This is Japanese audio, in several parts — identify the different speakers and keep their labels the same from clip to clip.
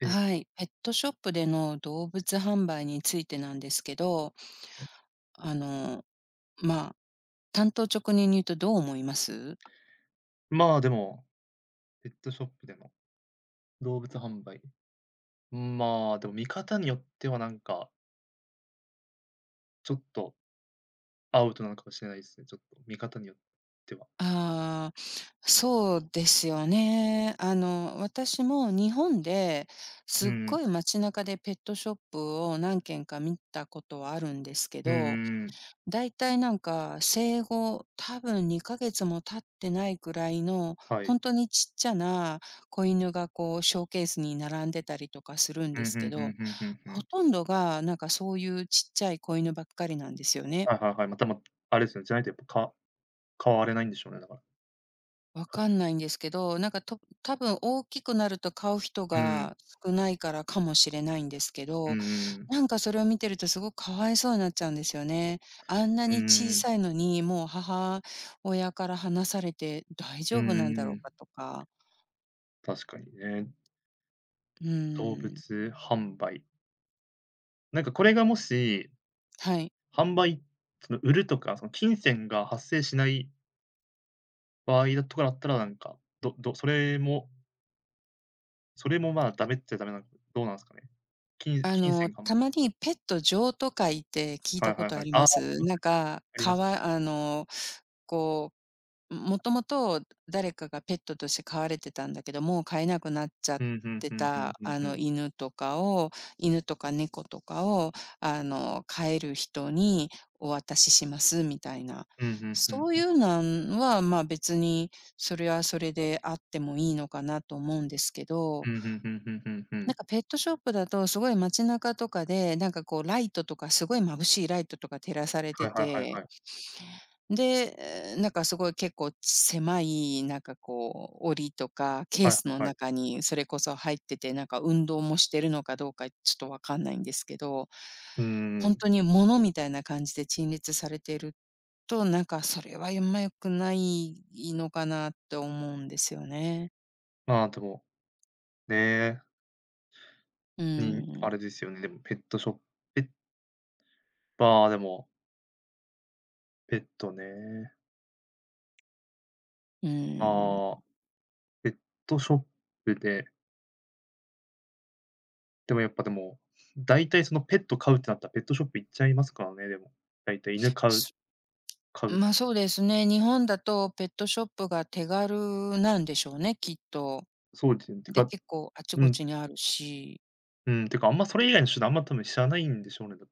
Speaker 1: ええ、
Speaker 2: はい、ペットショップでの動物販売についてなんですけど、あの、まあ、単刀直入に言うとどう思います？
Speaker 1: まあ、でも、ペットショップでの動物販売、まあ、でも見方によってはなんか、ちょっとアウトなのかもしれないですね、ちょっと見方によっては。
Speaker 2: ああー、そうですよね。あの、私も日本で
Speaker 1: う
Speaker 2: すっ
Speaker 1: ん、
Speaker 2: ごい街中でペットショップを何軒か見たことはあるんですけ
Speaker 1: うんう
Speaker 2: ど、
Speaker 1: んうん、
Speaker 2: だいたいなんか、生後多分2ヶ月も経ってないくらいの、
Speaker 1: は
Speaker 2: ほ
Speaker 1: い。
Speaker 2: んとにちっちゃな子犬がこうショーケースに並んでたりとかするん
Speaker 1: う
Speaker 2: で
Speaker 1: ん、うんうん
Speaker 2: す
Speaker 1: う
Speaker 2: けど、
Speaker 1: んうんう
Speaker 2: ほ
Speaker 1: ん。
Speaker 2: とんどがなんかそういうちっちゃい子犬ばっかりなんですよね。
Speaker 1: はいはいはい。ま、あれですよね、じゃないとやっぱ、買われないんでしょうね、だから。
Speaker 2: わかん
Speaker 1: か
Speaker 2: ないんですけど、なんか、と多分大きくなると買う人
Speaker 1: うん、
Speaker 2: が少ないからかもしれないんですけど、なんかそれを見てるとすごくかわいそうになっちゃうんですよね。あんな
Speaker 1: うんう
Speaker 2: に小
Speaker 1: んうん。
Speaker 2: さいのに、もう母親から離されて大
Speaker 1: うん
Speaker 2: 丈
Speaker 1: う
Speaker 2: 夫なんだ
Speaker 1: ん
Speaker 2: ろ
Speaker 1: う
Speaker 2: う
Speaker 1: ん。
Speaker 2: かとか。
Speaker 1: 確かにね。
Speaker 2: う
Speaker 1: 動物
Speaker 2: ーん、
Speaker 1: 販売。なんかこれがもし、
Speaker 2: はい。
Speaker 1: 販売その売るとか、その金銭が発生しない場合だとかだったら、なんか、それも、まあ、ダメっちゃダメなのどうなんすかね？金
Speaker 2: あ
Speaker 1: 金
Speaker 2: の、
Speaker 1: 銭かん
Speaker 2: たまにペット譲渡会って聞い
Speaker 1: は
Speaker 2: た
Speaker 1: いは
Speaker 2: こ
Speaker 1: い
Speaker 2: と
Speaker 1: は
Speaker 2: あ
Speaker 1: い。
Speaker 2: り
Speaker 1: ああ、
Speaker 2: ま
Speaker 1: あり
Speaker 2: す？
Speaker 1: ます
Speaker 2: なん
Speaker 1: ね、そ
Speaker 2: か、
Speaker 1: ありま
Speaker 2: か
Speaker 1: す。
Speaker 2: わあの、こうもともと誰かがペットとして飼われてたんだけど、もう飼えなくなっちゃっ
Speaker 1: うん、ふん
Speaker 2: て
Speaker 1: ふんふん
Speaker 2: た、
Speaker 1: ふん
Speaker 2: あ
Speaker 1: ふ
Speaker 2: の、
Speaker 1: ん。
Speaker 2: 犬とか猫とかを、あの、飼える人にお渡ししますみたいな。
Speaker 1: うん、ふんふん
Speaker 2: そう
Speaker 1: ふ
Speaker 2: い
Speaker 1: ん。
Speaker 2: うなんは、まあ、別にそれはそれであってもいいのかなと思うんですけど、
Speaker 1: うん、ふんふんふんふんふ
Speaker 2: なん
Speaker 1: ん。
Speaker 2: かペットショップだとすごい街中とかで、なんかこうライトとかすごい眩しいライトとか照らされ
Speaker 1: は
Speaker 2: て
Speaker 1: いはいはいは
Speaker 2: て、
Speaker 1: い。
Speaker 2: で、え、なんかすごい結構狭い、なんかこう、檻とかケ
Speaker 1: は
Speaker 2: ー
Speaker 1: いは
Speaker 2: スの
Speaker 1: いはい。
Speaker 2: 中にそれこそ入ってて、なんか運動もしてるのかどうかちょっとわかんないんですけど、
Speaker 1: うん
Speaker 2: 本
Speaker 1: ん、
Speaker 2: 当に物みたいな感じで陳列されてると、なんかそれはあんま良くないのかなって思うんですよね。
Speaker 1: まあ、でも、ね、
Speaker 2: う
Speaker 1: にあ
Speaker 2: ん、
Speaker 1: れですよね、でもペットショッペッまあ、でも、ペットね。
Speaker 2: うん。
Speaker 1: まあ、ペットショップででもやっぱでも、大体そのペット飼うってなったらペットショップ行っちゃいますからね、でも。大体犬飼う
Speaker 2: す、
Speaker 1: 飼う、
Speaker 2: そうですね、日本だとペットショップが手軽なんでしょうね、きっと。
Speaker 1: そうですよね。て
Speaker 2: で、
Speaker 1: か、
Speaker 2: 結構あち
Speaker 1: う
Speaker 2: こ
Speaker 1: ん、
Speaker 2: ちにあるし。
Speaker 1: うん、てかあんまそれ以外の手段あんま多分知らないんでしょうね、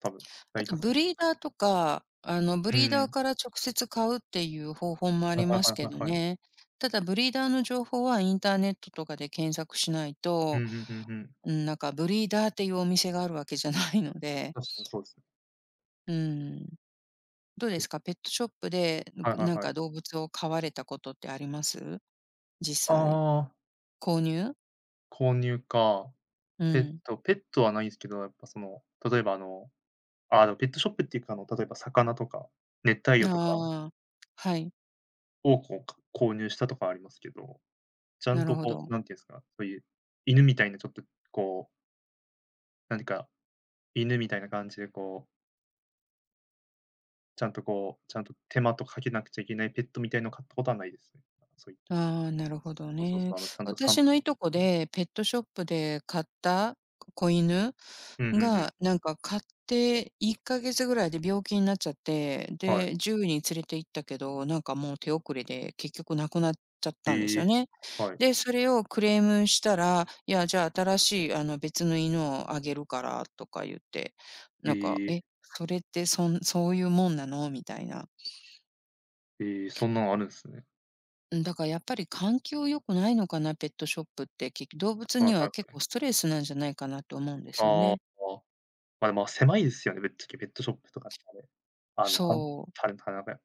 Speaker 1: 多分、
Speaker 2: あ
Speaker 1: 大
Speaker 2: と
Speaker 1: 多数。
Speaker 2: ブリーダーとか、あの、ブ
Speaker 1: う
Speaker 2: リーダー
Speaker 1: ん。
Speaker 2: から直接買うっていう方法もあ
Speaker 1: はい
Speaker 2: り
Speaker 1: はい
Speaker 2: ま
Speaker 1: は
Speaker 2: す
Speaker 1: い
Speaker 2: け
Speaker 1: は
Speaker 2: ど
Speaker 1: いはい。
Speaker 2: ね。ただブリーダーの情報はインターネットとかで検索しない
Speaker 1: うん
Speaker 2: と、
Speaker 1: うんうんうん。
Speaker 2: うん、なんかブリーダーっていうお店があるわけじゃないので、
Speaker 1: 確かにそうですね。
Speaker 2: うん。どうで
Speaker 1: ペ
Speaker 2: すか？ペットショップで、
Speaker 1: はいはい
Speaker 2: なん
Speaker 1: はい。
Speaker 2: か動物を飼われたことってあります？
Speaker 1: あ
Speaker 2: 実際。
Speaker 1: あ、
Speaker 2: 購入？
Speaker 1: 購入か。
Speaker 2: う
Speaker 1: ペッ
Speaker 2: ん。
Speaker 1: トペットはないんすけど、やっぱその、例えばあの、ああ、でもペットショップっていうか、あの、例えば魚とか、熱帯魚とか
Speaker 2: ああ、はい、
Speaker 1: をこう、購入したとかはありますけど、ちゃん
Speaker 2: なる
Speaker 1: と
Speaker 2: ほ
Speaker 1: こう、
Speaker 2: ど。
Speaker 1: なんていうんですか、そういう、犬みたいなちょっとこう、何か、犬みたいな感じでこう、ちゃんとこう、ちゃんと手間とかけなくちゃいけないペットみたいのを買ったことはないですね。そういう
Speaker 2: ああ、なるほど
Speaker 1: そうそうそ
Speaker 2: ね。
Speaker 1: う、あの、ちゃんと散歩
Speaker 2: 私のいと
Speaker 1: そ
Speaker 2: こ
Speaker 1: うそう。
Speaker 2: で、ペットショップで買った子犬
Speaker 1: うんうんうん。
Speaker 2: が、なんか買って1ヶ月ぐらいで病気になっちゃって、
Speaker 1: はい。
Speaker 2: で、獣医に連れて行ったけど、なんかもう手遅れで結局亡くなっちゃったんです
Speaker 1: え
Speaker 2: よ
Speaker 1: え、
Speaker 2: ね。
Speaker 1: はい。
Speaker 2: で、それをクレームしたら、いや、じゃあ新しいあの別の犬をあげるからとか言って、
Speaker 1: え
Speaker 2: なんか、
Speaker 1: え、
Speaker 2: え、それってそういうもんなのみたいな。
Speaker 1: ええ、そんなのあるんですね。
Speaker 2: うん、だからやっぱり環境良くないのかな、ペットショップって、結局動物
Speaker 1: はい
Speaker 2: に
Speaker 1: は
Speaker 2: は
Speaker 1: い
Speaker 2: 結
Speaker 1: はい。
Speaker 2: 構ストレスなんじゃないかなと思うんですよ
Speaker 1: ああ、
Speaker 2: ね。
Speaker 1: まあ、でも狭いですよね、ぶっちゃけペットショップとかってね。あの、
Speaker 2: そう、
Speaker 1: 棚が、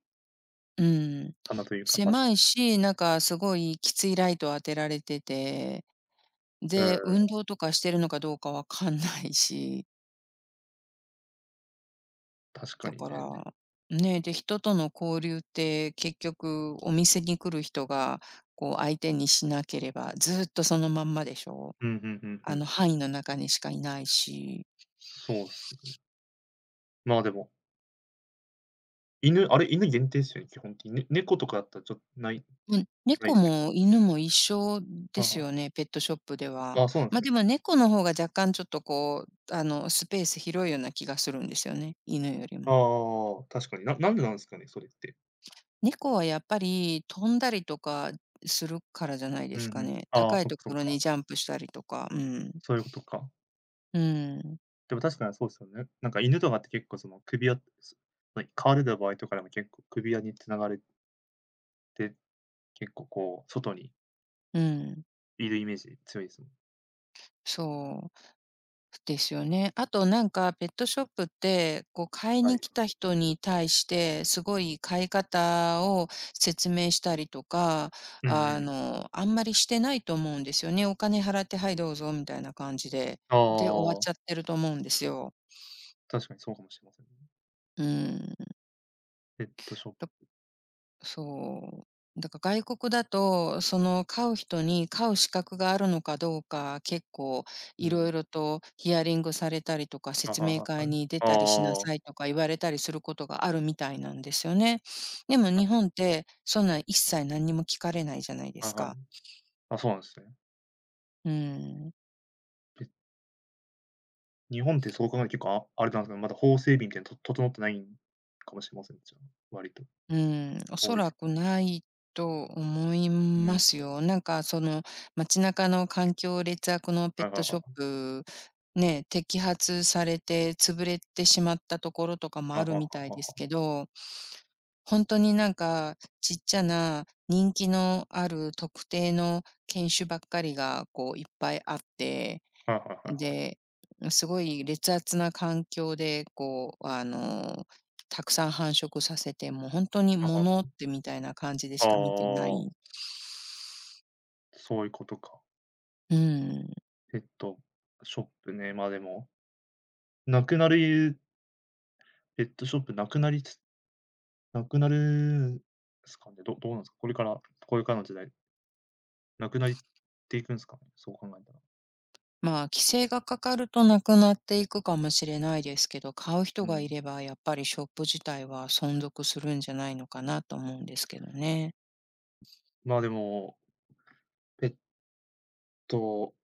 Speaker 2: うん。
Speaker 1: 棚というか場所。
Speaker 2: 狭いし、なんかすごいきついライト当てられてて、
Speaker 1: うん、
Speaker 2: で、運動とかしてるのかどうかわかんないし、
Speaker 1: 確か
Speaker 2: だ
Speaker 1: にね。
Speaker 2: から、ね、で、人との交流って結局お店に来る人がこう相手にしなければ、ずっとそのまんまでしょ。
Speaker 1: うん、うんうんう
Speaker 2: あ
Speaker 1: ん。
Speaker 2: の範囲の中にしかいないし。
Speaker 1: そうっすね。まあ、でも犬、あれ、犬限定っすよね、基本的に。ね、猫とかだったらちょっない、
Speaker 2: うん、
Speaker 1: ない
Speaker 2: 猫
Speaker 1: ですよ。
Speaker 2: も犬も一緒
Speaker 1: あ
Speaker 2: です
Speaker 1: あ、
Speaker 2: よね、ペットショップでは。
Speaker 1: ああ、そうなんです
Speaker 2: ま、
Speaker 1: ね。
Speaker 2: でも猫の方が若干ちょっとこう、あの、スペース広いような気がするんですよね、犬よりも。
Speaker 1: ああ、確かに。なんでなんですかね、それって。
Speaker 2: 猫はやっぱり飛んだりとかするからじゃないで
Speaker 1: うん
Speaker 2: す
Speaker 1: う
Speaker 2: か
Speaker 1: ん。
Speaker 2: ね。
Speaker 1: ああ、
Speaker 2: 高い
Speaker 1: そっ
Speaker 2: と
Speaker 1: かそ
Speaker 2: こ
Speaker 1: っ
Speaker 2: ろ
Speaker 1: か。
Speaker 2: にジャンプしたりとか、うん。
Speaker 1: そういうことか。
Speaker 2: うん。
Speaker 1: でも確かにそうですよね。なんか犬とかって結構その首輪すま飼われた場合とかでも結構首輪に繋がれて、結構こう外に
Speaker 2: うん。
Speaker 1: いるイメージ強いですもん。
Speaker 2: そう。ですよね。あとなんかペットショップって、こう買い
Speaker 1: は
Speaker 2: に
Speaker 1: い。
Speaker 2: 来た人に対して、すごい買い方を説明したりとか、
Speaker 1: うん
Speaker 2: あ
Speaker 1: うん。
Speaker 2: の、あんまりしてないと思うんですよね。お金払って、はいどうぞみたいな感じで、
Speaker 1: あ
Speaker 2: で、終わっちゃっ
Speaker 1: あ、
Speaker 2: てると思うんですよ。
Speaker 1: 確かにそうかもしれませんね。
Speaker 2: うん。
Speaker 1: ペットショップ、
Speaker 2: そう。だから外国だと、その飼う人に飼う資格があるのかどうか、結構
Speaker 1: う
Speaker 2: いろ
Speaker 1: ん。
Speaker 2: いろとヒアリングされたりとか、
Speaker 1: ああ
Speaker 2: 説明
Speaker 1: あ
Speaker 2: 会に出
Speaker 1: あ、
Speaker 2: たりしな
Speaker 1: はい。
Speaker 2: さいとか言われたりすることがあるみたいなんですよね。でも
Speaker 1: ああ、なる
Speaker 2: 日本っ
Speaker 1: ほど、はい。
Speaker 2: て、そんなん一切何にも聞かれないじゃないです
Speaker 1: はい。
Speaker 2: か。
Speaker 1: あ、そうなんですね。
Speaker 2: うん。
Speaker 1: ペ日本ってそう考えると結構あれなんですかね、まだ法整備みたいなと整ってないんかもしれませんね、じゃあ、割と、
Speaker 2: うん、お
Speaker 1: 法
Speaker 2: そら
Speaker 1: 律。
Speaker 2: くないと思い
Speaker 1: う
Speaker 2: ま
Speaker 1: ん。
Speaker 2: すよ。なんかその街中の環境劣悪のペ
Speaker 1: は
Speaker 2: ッ
Speaker 1: いは
Speaker 2: ト
Speaker 1: いは
Speaker 2: ショッ
Speaker 1: い。
Speaker 2: プ、ね、摘発されて潰れてしまったところとかも
Speaker 1: あは
Speaker 2: ある
Speaker 1: は
Speaker 2: みたい
Speaker 1: は
Speaker 2: です
Speaker 1: は。
Speaker 2: けど、本当になんかちっちゃな人気のある特定の犬種ばっかりがこういっぱいあって、
Speaker 1: はいはいはいはい。
Speaker 2: で、すごい劣悪な環境で、こう、あの、たくさん繁殖させて、もう本当に
Speaker 1: あはは。
Speaker 2: 物ってみたいな感じでし
Speaker 1: あ
Speaker 2: か見てない。
Speaker 1: あ、そういうことか。
Speaker 2: うん。
Speaker 1: ペットショップね、ま、でも、なくなるペットショップなくなるんすかね。どうなんすか？これからの時代、なくなりっていくんすかね、そう考えたら。
Speaker 2: まあ、規制がかかるとなくなっていくかもしれないですけど、買う
Speaker 1: う
Speaker 2: 人が
Speaker 1: ん。
Speaker 2: いれば、やっぱりショップ自体は存続するんじゃないのかなと思うんですけどね。
Speaker 1: まあ、でも、ペット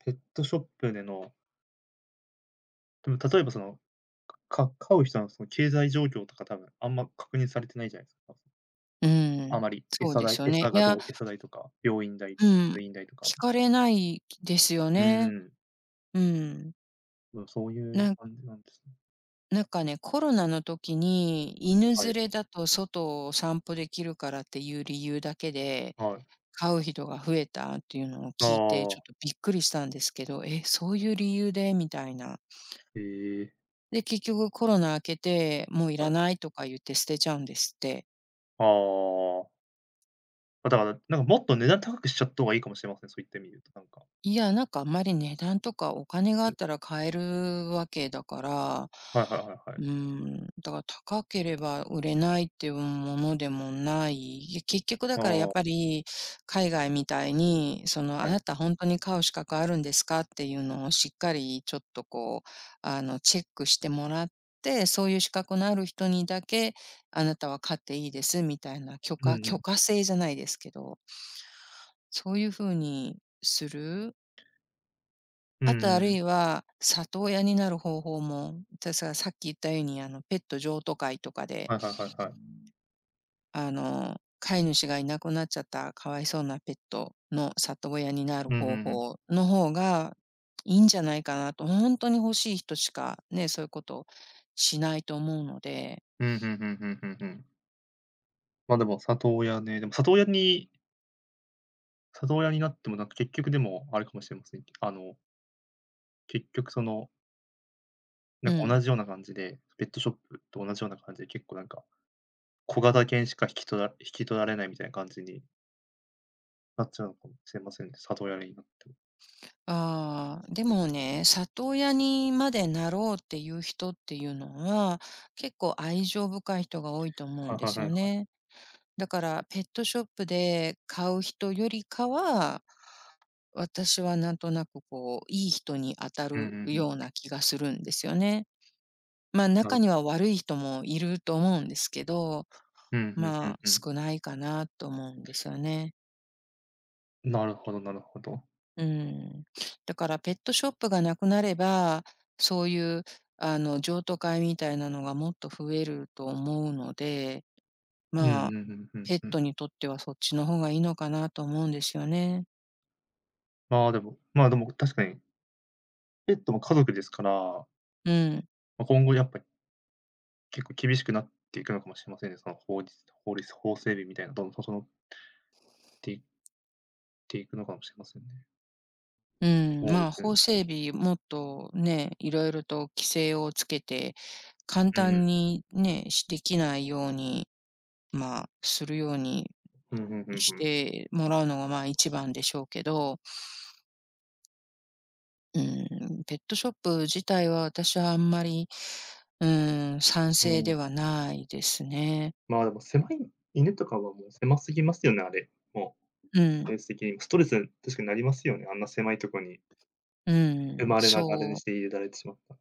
Speaker 1: ペットショップでの、でも例えばその飼う人のその経済状況とか多分あんま確認されてないじゃないですか。多
Speaker 2: う
Speaker 1: 分あ
Speaker 2: ん。
Speaker 1: まり
Speaker 2: そう
Speaker 1: 餌
Speaker 2: で
Speaker 1: 代
Speaker 2: すよね。
Speaker 1: 餌
Speaker 2: い
Speaker 1: が
Speaker 2: や、
Speaker 1: どう餌代とか、病院代、
Speaker 2: うん、
Speaker 1: 通院代とか。
Speaker 2: 聞かれないですよ
Speaker 1: うー
Speaker 2: ね。
Speaker 1: ん、
Speaker 2: うん。
Speaker 1: まあ、そういう
Speaker 2: なん
Speaker 1: 感じなんですね。
Speaker 2: なんかね、コロナの時に、犬
Speaker 1: は
Speaker 2: 連
Speaker 1: い、
Speaker 2: れだと外を散歩できるからっていう理由だけで、
Speaker 1: はい。
Speaker 2: 飼う人が増えたっていうのを
Speaker 1: あ
Speaker 2: 聞いて、ちょっ
Speaker 1: あ、
Speaker 2: とびっくりしたんですけど、え、そういう理由でみたいな。
Speaker 1: へえ、
Speaker 2: で、結局コロナ明けて、もうい
Speaker 1: は
Speaker 2: ら
Speaker 1: い。
Speaker 2: ないとか言って捨てちゃうんですって。
Speaker 1: ああ、まあ、だから、なんかもっと値段高くしちゃった方がいいかもしれません、そういった意味で、となんか。
Speaker 2: いや、なんかあんまり値段とかお金が
Speaker 1: う
Speaker 2: あ
Speaker 1: ん。
Speaker 2: ったら買えるわけだから、
Speaker 1: はいはいはいはい。
Speaker 2: うーん、だから高ければ売れないっていうものでもない。いや結局だ
Speaker 1: あ
Speaker 2: からやっぱ
Speaker 1: あ、
Speaker 2: り海外みたいに、その、あ
Speaker 1: はい。
Speaker 2: なた本当に買う資格あるんですかっていうのをしっかりちょっとこう、あの、チェックしてもらって、そういう資格のある人にだけ、あなたは買っていいですみたいな
Speaker 1: うんう
Speaker 2: 許
Speaker 1: ん。
Speaker 2: 可制じゃないですけど、そういう風にする。
Speaker 1: うん
Speaker 2: あとある
Speaker 1: うん。
Speaker 2: いは、里親になる方法も、さっき言ったように、あの、ペット譲渡会とかで、
Speaker 1: はいはいはいはい。
Speaker 2: あの、飼い主がいなくなっちゃったかわいそうなペットの里親になる
Speaker 1: うん、う
Speaker 2: 方
Speaker 1: んうん。
Speaker 2: 法の方がいいんじゃないかなと、ほんとに欲しい人しかね、そういうことしないと思うので、
Speaker 1: うん、うんうんふんうんうん。ま、でも里親ね、でも里親になっても、なんか結局でもあれかもしれませんけ、結局その、な
Speaker 2: う
Speaker 1: んか同
Speaker 2: ん。
Speaker 1: じような感じで、ペットショップと同じような感じで、結構なんか、小型犬しか引き取られないみたいな感じになっちゃうのかもしれませんね、里親になっても。
Speaker 2: ああ、でもね、里親にまでなろうっていう人っていうのは、結構愛情深い人が多いと思う
Speaker 1: は
Speaker 2: ん
Speaker 1: い
Speaker 2: で
Speaker 1: は
Speaker 2: すよ
Speaker 1: いはい。
Speaker 2: ね。だからペットショップで買う人よりかは、私はなんとなくこう、いい人に当た
Speaker 1: うんう
Speaker 2: る
Speaker 1: んうん。
Speaker 2: ような気がするんですよね。まあ、
Speaker 1: なる
Speaker 2: 中には悪い人もいると思うんですけど、
Speaker 1: うんうんう
Speaker 2: ま
Speaker 1: ん
Speaker 2: あ、
Speaker 1: うん。
Speaker 2: 少ないかなと思うんですよね。
Speaker 1: なるほどなるほど。
Speaker 2: うん。だからペットショップがなくなれば、そういうあの、譲渡会みたいなのがもっと増えると思うので、
Speaker 1: うんう
Speaker 2: まあ、
Speaker 1: んうんうん
Speaker 2: ペッ
Speaker 1: うん。
Speaker 2: トにとってはそっちの方がいいのかなと思うんですよね。
Speaker 1: まあ、でも確かに、ペットも家族ですから、
Speaker 2: うん。
Speaker 1: ま、今後やっぱり結構厳しくなっていくのかもしれませんね、その法整備みたいな、どんどん整っていていくのかもしれませんね。
Speaker 2: う
Speaker 1: 法
Speaker 2: ん、
Speaker 1: 律
Speaker 2: まあ、法
Speaker 1: に。
Speaker 2: 整備もっとね、いろいろと規制をつけて、簡
Speaker 1: うん。
Speaker 2: 単にね、しできないように、まあ、するように
Speaker 1: うんうんうん
Speaker 2: し
Speaker 1: うん。
Speaker 2: てもらうのが、まあ、一番でしょうけど、うん、ペットショップ自体は私はあんまり、うん、賛
Speaker 1: う
Speaker 2: 成で
Speaker 1: ん。
Speaker 2: はないですね。
Speaker 1: まあ、でも狭い犬とかはもう狭すぎますよね、あれ。も
Speaker 2: う
Speaker 1: う、
Speaker 2: ん、
Speaker 1: ベース的に。ストレス、確かになりますよね。あんな狭いとこに
Speaker 2: う
Speaker 1: 生
Speaker 2: ん、
Speaker 1: まれながらに
Speaker 2: そ
Speaker 1: し
Speaker 2: う。
Speaker 1: て入れられてしまった。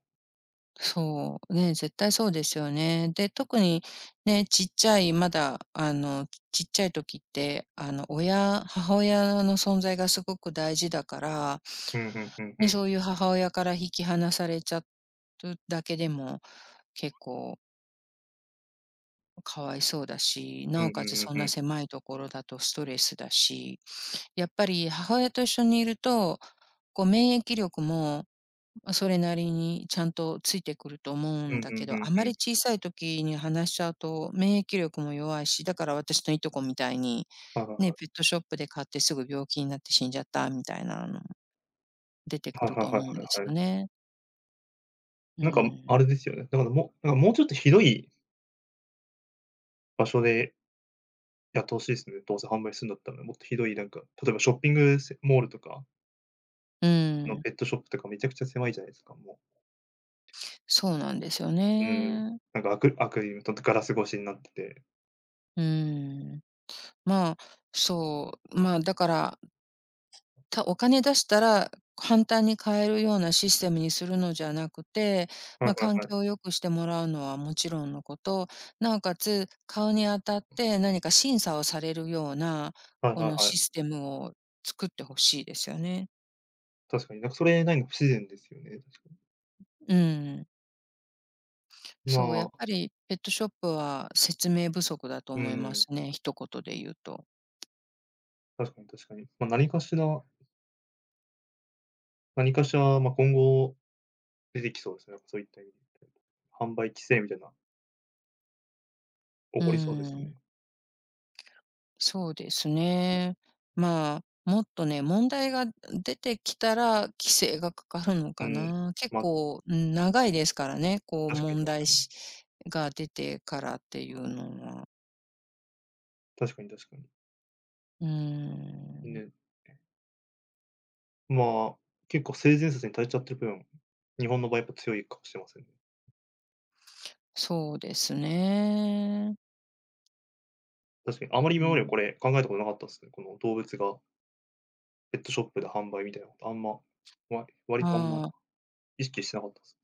Speaker 2: そう、ね、絶対そうですよね。で、特にね、ちっちゃい、まだ、ちっちゃい時って、親母親の存在がすごく大事だから、
Speaker 1: うんうんうんう
Speaker 2: ね、
Speaker 1: ん。
Speaker 2: そういう母親から引き離されちゃただけでも、結構かわいそうだし、
Speaker 1: う
Speaker 2: な
Speaker 1: んう
Speaker 2: おかつ
Speaker 1: んうん
Speaker 2: そん
Speaker 1: う
Speaker 2: な
Speaker 1: ん。
Speaker 2: 狭いところだとストレスだし、やっぱり母親と一緒にいると、こう免疫力もま、それなりにちゃんとついてくると思う
Speaker 1: う
Speaker 2: ん
Speaker 1: ん
Speaker 2: だ
Speaker 1: う
Speaker 2: け
Speaker 1: んう
Speaker 2: ど、
Speaker 1: ん
Speaker 2: あま
Speaker 1: う
Speaker 2: り
Speaker 1: ん。
Speaker 2: 小さい時に話しちゃうと免疫力も弱いし、だから私のいとこみたいに、
Speaker 1: はいはい
Speaker 2: ね、
Speaker 1: はい。
Speaker 2: ペットショップで買ってすぐ病気になって死んじゃったみたいなの出てく
Speaker 1: はいはい
Speaker 2: る
Speaker 1: は
Speaker 2: と
Speaker 1: いは
Speaker 2: 思うんです
Speaker 1: いは
Speaker 2: よ
Speaker 1: い。
Speaker 2: ね。う
Speaker 1: なんか、
Speaker 2: ん。
Speaker 1: あれですよね。だからもうなんかもうちょっとひどい場所でやってほしいですね。どうせ販売するんだったら、もっとひどいなんか、例えばショッピングセモールとか
Speaker 2: う
Speaker 1: の
Speaker 2: ん。
Speaker 1: ペットショップとかめちゃくちゃ狭いじゃないですか、もう。
Speaker 2: そうなんですよ
Speaker 1: うん、
Speaker 2: ね。
Speaker 1: なんかアクアクリルとガラス越しになってて。
Speaker 2: うん。まあ、そう、まあ、だからたお金出したら、簡単に買えるようなシステムにするのじゃなくて、
Speaker 1: はい
Speaker 2: まあ、
Speaker 1: は
Speaker 2: 環
Speaker 1: いはい。
Speaker 2: 境を良くしてもらうのはもちろんのこと、なおかつ、買うにあたって何か審査をされるような、
Speaker 1: はい
Speaker 2: こ
Speaker 1: はい
Speaker 2: の
Speaker 1: は
Speaker 2: シ
Speaker 1: い。
Speaker 2: ステムを作ってほしいですよね。
Speaker 1: 確かに、なんかそれないの不自然ですよね、確かに。
Speaker 2: うん。そう、や
Speaker 1: ま
Speaker 2: っ
Speaker 1: あ、
Speaker 2: ぱりペットショップは説明不足だと
Speaker 1: う
Speaker 2: 思いま
Speaker 1: ん、
Speaker 2: すね、一言で言うと。
Speaker 1: 確かに確かに。ま、何かしら、ま、今後出てきそうですね、そういった意味で販売規制みたいな、起
Speaker 2: う
Speaker 1: こりそうですね。
Speaker 2: ん。そうですね。まあ、もっとね、問題が出てきたら規制がかかるの
Speaker 1: う
Speaker 2: か
Speaker 1: ん。
Speaker 2: な。結
Speaker 1: ま、
Speaker 2: 構、うん、長いですからね、こう
Speaker 1: 確かに
Speaker 2: 問
Speaker 1: 確か
Speaker 2: 題
Speaker 1: に。
Speaker 2: しが出てからっていうのは。
Speaker 1: 確かに確かに。
Speaker 2: うん、
Speaker 1: ね。まあ、結構性善説に頼っちゃってる分、日本の場合やっぱ強いかもしれませんね。
Speaker 2: そうですね。
Speaker 1: 確かにあまり
Speaker 2: う
Speaker 1: 今までこ
Speaker 2: ん、
Speaker 1: れ考えたことなかったですね、この動物がペットショップで販売みたいなことあんま、割とあんま
Speaker 2: はい。
Speaker 1: 意識してなかったです。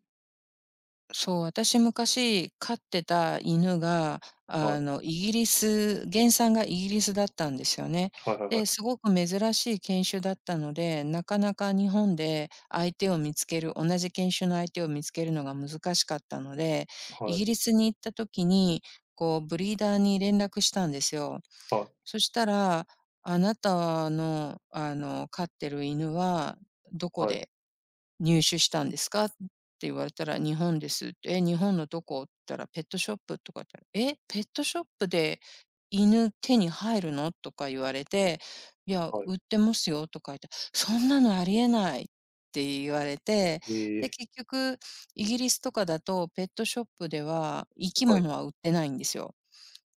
Speaker 2: そう、私昔飼ってた犬が、
Speaker 1: はい。
Speaker 2: イギリス原産がイギリスだったんですよね。
Speaker 1: はいはいは
Speaker 2: で、す
Speaker 1: い。
Speaker 2: ごく珍しい犬種だったので、なかなか日本で相手を見つける同じ犬種の相手を見つけるのが難しかったので、イ
Speaker 1: はい。
Speaker 2: ギリスに行った時に、こうブリーダーに連絡したんですよ。
Speaker 1: はい。
Speaker 2: そしたら、あなたの、飼ってる犬はどこ
Speaker 1: はい。
Speaker 2: で「入手したんですか？」って言われたら、「日本です」って、「え、日本のどこ？」って言ったら、「ペットショップ」とか言ったら、「え、ペットショップで犬手に入るの？」とか言われて、「いや、
Speaker 1: はい。
Speaker 2: 売ってますよ」とか言って、「そんなのありえない」って言われて、
Speaker 1: え
Speaker 2: で、
Speaker 1: え、
Speaker 2: 結局イギリスとかだとペットショップでは生き
Speaker 1: はい。
Speaker 2: 物は売ってないんですよ。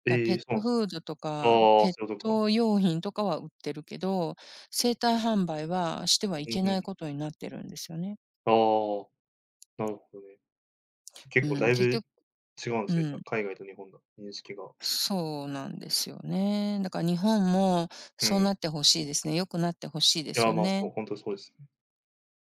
Speaker 2: だ、ペ
Speaker 1: ええ、
Speaker 2: ッ
Speaker 1: そうなん
Speaker 2: ト
Speaker 1: ですね。
Speaker 2: フードとか、
Speaker 1: ああ、
Speaker 2: ペッ
Speaker 1: そういうことか。
Speaker 2: ト用品とかは売ってるけど、生体販売はしてはい
Speaker 1: うん
Speaker 2: け
Speaker 1: う
Speaker 2: な
Speaker 1: ん。
Speaker 2: いことになってるんですよね。
Speaker 1: ああ、なるほどね。結
Speaker 2: う
Speaker 1: 構だ
Speaker 2: ん、
Speaker 1: いぶ
Speaker 2: 結
Speaker 1: 違
Speaker 2: 局
Speaker 1: うんで
Speaker 2: う
Speaker 1: すね、じゃあ、
Speaker 2: ん、
Speaker 1: 海外と日本の認識が。
Speaker 2: そうなんですよね。だから日本も
Speaker 1: う
Speaker 2: そう
Speaker 1: ん。
Speaker 2: なってほしいですね。良くなってほしいで
Speaker 1: い
Speaker 2: す
Speaker 1: や、
Speaker 2: よ
Speaker 1: まあ、そ
Speaker 2: ね。
Speaker 1: う、ほんとそうです。